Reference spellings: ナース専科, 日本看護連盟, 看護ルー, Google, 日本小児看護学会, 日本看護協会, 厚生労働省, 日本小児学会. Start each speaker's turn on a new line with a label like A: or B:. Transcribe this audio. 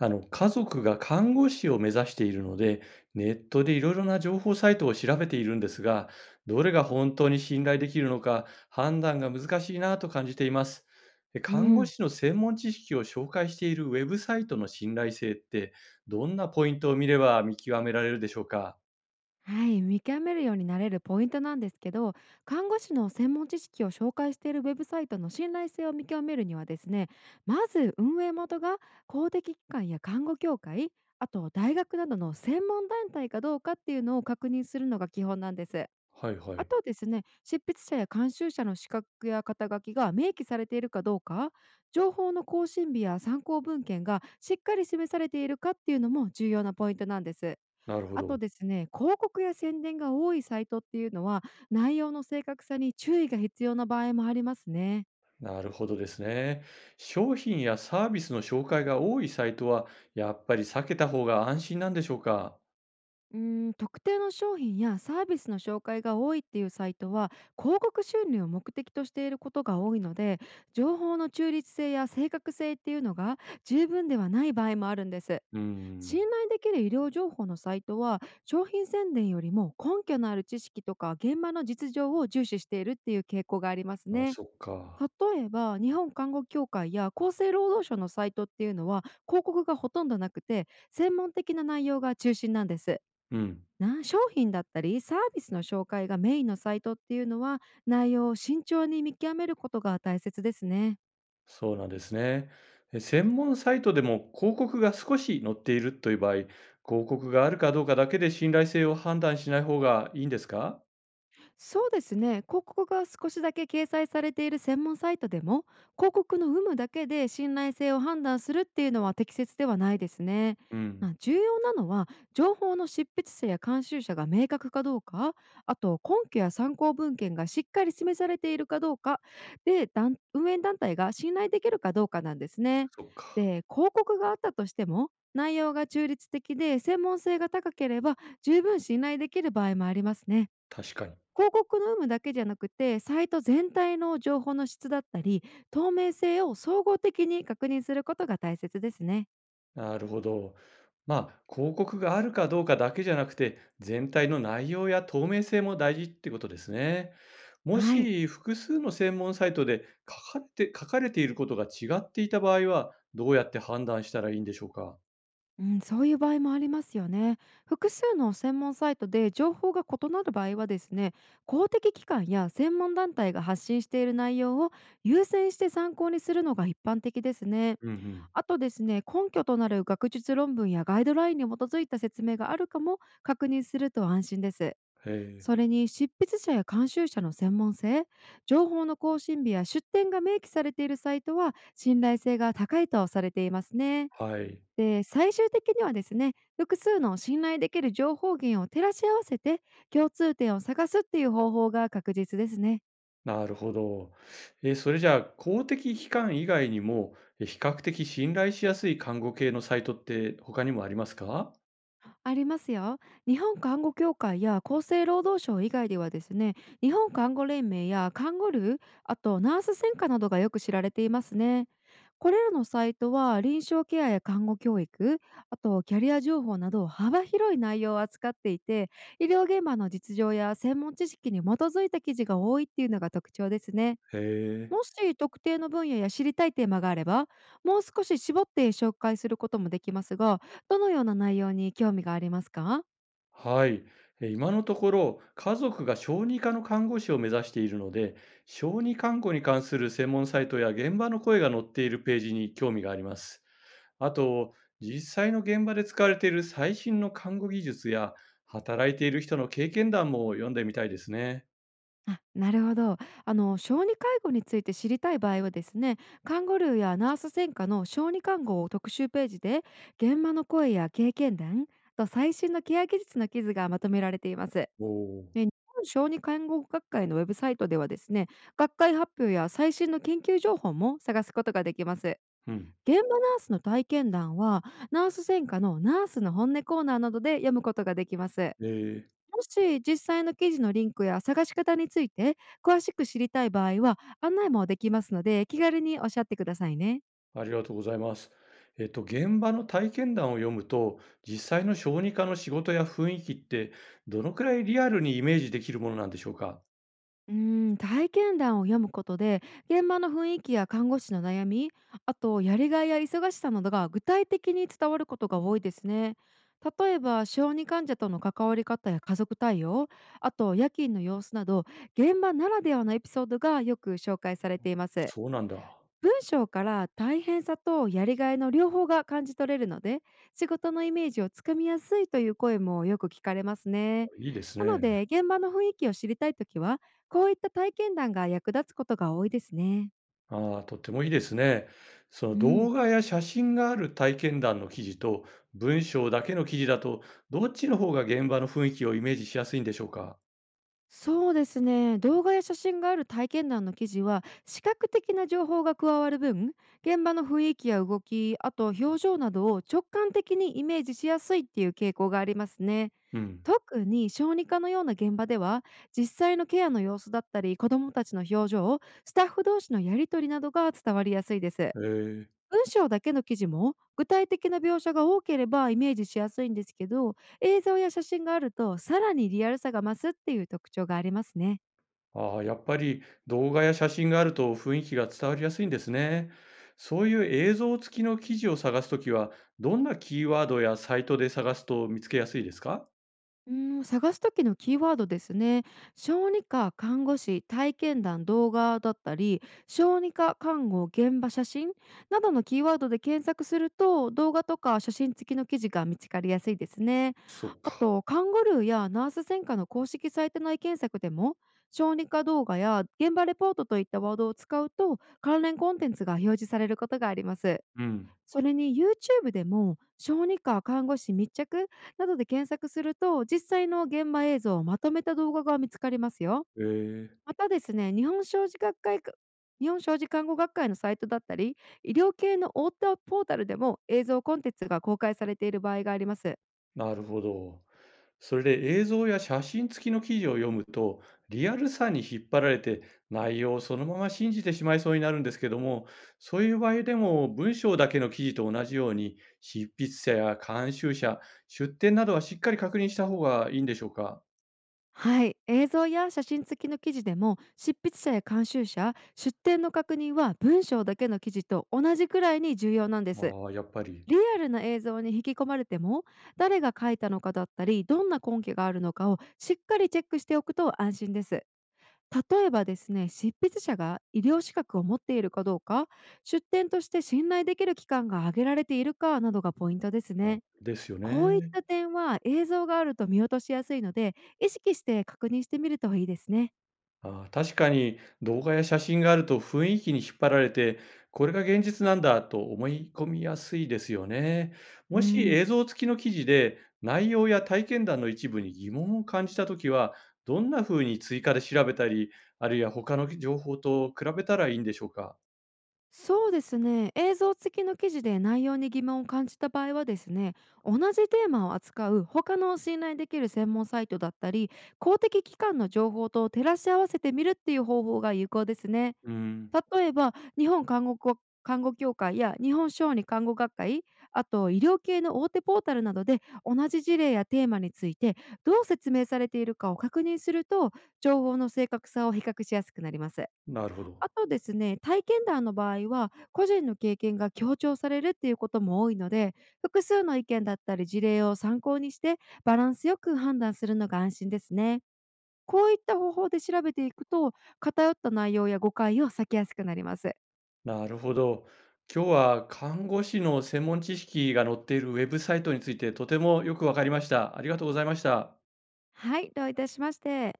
A: 家族が看護師を目指しているので、ネットでいろいろな情報サイトを調べているんですが、どれが本当に信頼できるのか判断が難しいなと感じています。
B: う
A: 看護
B: ん、
A: 師の専門知識を紹介しているウェブサイトの信頼性って、どんなポイントを見れば見極められるでしょうか？
B: はい、見極めるようになれるポイントなんですけど、看護師の専門知識を紹介しているウェブサイトの信頼性を見極めるにはですね、まず運営元が公的機関や看護協会、あと大学などの専門団体かどうかっていうのを確認するのが基本なんです。
A: はいは
B: あ
A: い。
B: とですね、執筆者や監修者の資格や肩書きが明記されているかどうか、情報の更新日や参考文献がしっかり示されているかっていうのも重要なポイントなんです。
A: なるほ
B: あ
A: ど。
B: とですね、広告や宣伝が多いサイトっていうのは、内容の正確さに注意が必要な場合もありますね。
A: なるほどですね。商品やサービスの紹介が多いサイトは、やっぱり避けた方が安心なんでしょうか？
B: 特定の商品やサービスの紹介が多いっていうサイトは、広告収入を目的としていることが多いので、情報の中立性や正確性っていうのが十分ではない場合もあるんです。
A: うん。
B: 信頼できる医療情報のサイトは、商品宣伝よりも根拠のある知識とか現場の実情を重視しているっていう傾向があります
A: あ、
B: ね。
A: そっか。
B: 例えば、日本看護協会や厚生労働省のサイトっていうのは広告がほとんどなくて、専門的な内容が中心なんです。
A: うん、
B: な商品だったりサービスの紹介がメインのサイトっていうのは、内容を慎重に見極めることが大切ですね。
A: そうなんですね。え、専門サイトでも広告が少し載っているという場合、広告があるかどうかだけで信頼性を判断しない方がいいんですか？
B: そうですね。広告が少しだけ掲載されている専門サイトでも、広告の有無だけで信頼性を判断するっていうのは適切ではないですね。
A: う
B: ま
A: ん、
B: あ重要なのは、情報の執筆者や監修者が明確かどうか、あと根拠や参考文献がしっかり示されているかどうか、で、団運営団体が信頼できるかどうかなんですね。
A: そっか、
B: で、広告があったとしても、内容が中立的で専門性が高ければ十分信頼できる場合もありますね。
A: 確かに。
B: 広告の有無だけじゃなくて、サイト全体の情報の質だったり、透明性を総合的に確認することが大切ですね。
A: なるほど。まあ、広告があるかどうかだけじゃなくて、全体の内容や透明性も大事ってことですね。も
B: はい、
A: し複数の専門サイトで書かれていることが違っていた場合は、どうやって判断したらいいんでしょうか？
B: うん、そういう場合もありますよね。複数の専門サイトで情報が異なる場合はですね、公的機関や専門団体が発信している内容を優先して参考にするのが一般的ですね。
A: うんうん。
B: あとですね、根拠となる学術論文やガイドラインに基づいた説明があるかも確認すると安心です。
A: え
B: そ
A: え、
B: れに執筆者や監修者の専門性、情報の更新日や出典が明記されているサイトは信頼性が高いとされていますね。
A: はい、
B: で、最終的にはですね、複数の信頼できる情報源を照らし合わせて共通点を探すっていう方法が確実ですね。
A: なるほど。えー、それじゃあ、公的機関以外にも、え、比較的信頼しやすい看護系のサイトって他にもありますか？
B: ありますよ。日本看護協会や厚生労働省以外ではですね、日本看護連盟や看護ルー、あとナース専科などがよく知られていますね。これらのサイトは臨床ケアや看護教育、あとキャリア情報など幅広い内容を扱っていて、医療現場の実情や専門知識に基づいた記事が多いっていうのが特徴ですね。
A: へえ。
B: もし特定の分野や知りたいテーマがあれば、もう少し絞って紹介することもできますが、どのような内容に興味がありますか？
A: はい。え、今のところ、家族が小児科の看護師を目指しているので、小児看護に関する専門サイトや現場の声が載っているページに興味があります。あと、実際の現場で使われている最新の看護技術や、働いている人の経験談も読んでみたいですね。
B: あなるほど。あの、小児介護について知りたい場合はですね、カンゴルーやナース専科の小児看護を特集ページで、現場の声や経験談と最新のケア技術の記事がまとめられています。
A: おお。
B: で、日本小児看護学会のウェブサイトではですね、学会発表や最新の研究情報も探すことができます。
A: うん。
B: 現場ナースの体験談は、ナース専科のナースの本音コーナーなどで読むことができます。
A: ええ、
B: もし実際の記事のリンクや探し方について詳しく知りたい場合は案内もできますので、気軽におっしゃってくださいね。
A: ありがとうございます。現場の体験談を読むと、実際の小児科の仕事や雰囲気って、どのくらいリアルにイメージできるものなんでしょうか？
B: 体験談を読むことで現場の雰囲気や看護師の悩み、あとやりがいや忙しさなどが具体的に伝わることが多いですね。例えば小児患者との関わり方や家族対応、あと夜勤の様子など現場ならではのエピソードがよく紹介されています。
A: そうなんだ。
B: 文章から大変さとやりがいの両方が感じ取れるので、仕事のイメージをつかみやすいという声もよく聞かれますね。
A: いいです
B: なの
A: ね。
B: で現場の雰囲気を知りたいときは、こういった体験談が役立つことが多いですね。
A: ああ、とってもいいですね。その
B: う
A: 動
B: ん、
A: 画や写真がある体験談の記事と、文章だけの記事だと、どっちの方が現場の雰囲気をイメージしやすいんでしょうか？
B: そうですね。動画や写真がある体験談の記事は視覚的な情報が加わる分、現場の雰囲気や動き、あと表情などを直感的にイメージしやすいっていう傾向がありますね。
A: うん。
B: 特に小児科のような現場では、実際のケアの様子だったり子どもたちの表情、スタッフ同士のやり取りなどが伝わりやすいです。
A: へえ。
B: 文章だけの記事も具体的な描写が多ければイメージしやすいんですけど、映像や写真があるとさらにリアルさが増すっていう特徴がありますね。
A: ああ、やっぱり動画や写真があると雰囲気が伝わりやすいんですね。そういう映像付きの記事を探すときは、どんなキーワードやサイトで探すと見つけやすいですか？
B: うー探す時のキーワードですね。小児科、看護師、体験談、動画だったり、小児科、看護、現場写真などのキーワードで検索すると、動画とか写真付きの記事が見つかりやすいですね。
A: そっ
B: あ
A: か。
B: と、看護ルーやナース専科の公式サイト内検索でも、小児科動画や現場レポートといったワードを使うと、関連コンテンツが表示されることがあります。
A: うん。
B: それに YouTube でも小児科看護師密着などで検索すると、実際の現場映像をまとめた動画が見つかりますよ。
A: ええ、
B: またですね、日本小児学会か日本小児看護学会のサイトだったり、医療系のオーターポータルでも映像コンテンツが公開されている場合があります。
A: なるほど。それで映像や写真付きの記事を読むと、リアルさに引っ張られて内容をそのまま信じてしまいそうになるんですけども、そういう場合でも文章だけの記事と同じように、執筆者や監修者、出典などはしっかり確認した方がいいんでしょうか？
B: はい、映像や写真付きの記事でも執筆者や監修者、出典の確認は文章だけの記事と同じくらいに重要なんです。
A: ああ、やっぱり。
B: リアルな映像に引き込まれても、誰が描いたのかだったりどんな根拠があるのかをしっかりチェックしておくと安心です。例えばですね、執筆者が医療資格を持っているかどうか、出典として信頼できる機関が挙げられているかなどがポイントです
A: あ、
B: ね。
A: ですよ
B: こういっ
A: ね。
B: た点は映像があると見落としやすいので、意識して確認してみるといいですね。
A: ああ、確かに動画や写真があると雰囲気に引っ張られて、これが現実なんだと思い込みやすいですよね。も
B: う
A: し映
B: ん、
A: 像付きの記事で内容や体験談の一部に疑問を感じたときは、どんなふうに追加で調べたり、あるいは他の情報と比べたらいいんでしょうか。
B: そうですね。映像付きの記事で内容に疑問を感じた場合はですね、同じテーマを扱う他の信頼できる専門サイトだったり公的機関の情報と照らし合わせてみるっていう方法が有効ですね。
A: うん、
B: 例えば日本看護こ看護協会や日本小児看護学会、あと医療系の大手ポータルなどで同じ事例やテーマについてどう説明されているかを確認すると、情報の正確さを比較しやすくなります。
A: なるほど。
B: あとですね、体験談の場合は、個人の経験が強調されるっていうことも多いので、複数の意見だったり事例を参考にして、バランスよく判断するのが安心ですね。こういった方法で調べていくと、偏った内容や誤解を避けやすくなります。
A: なるほど。今日は看護師の専門知識が載っているウェブサイトについてとてもよくわかりました。ありがとうございました。
B: はい、どういたしまして。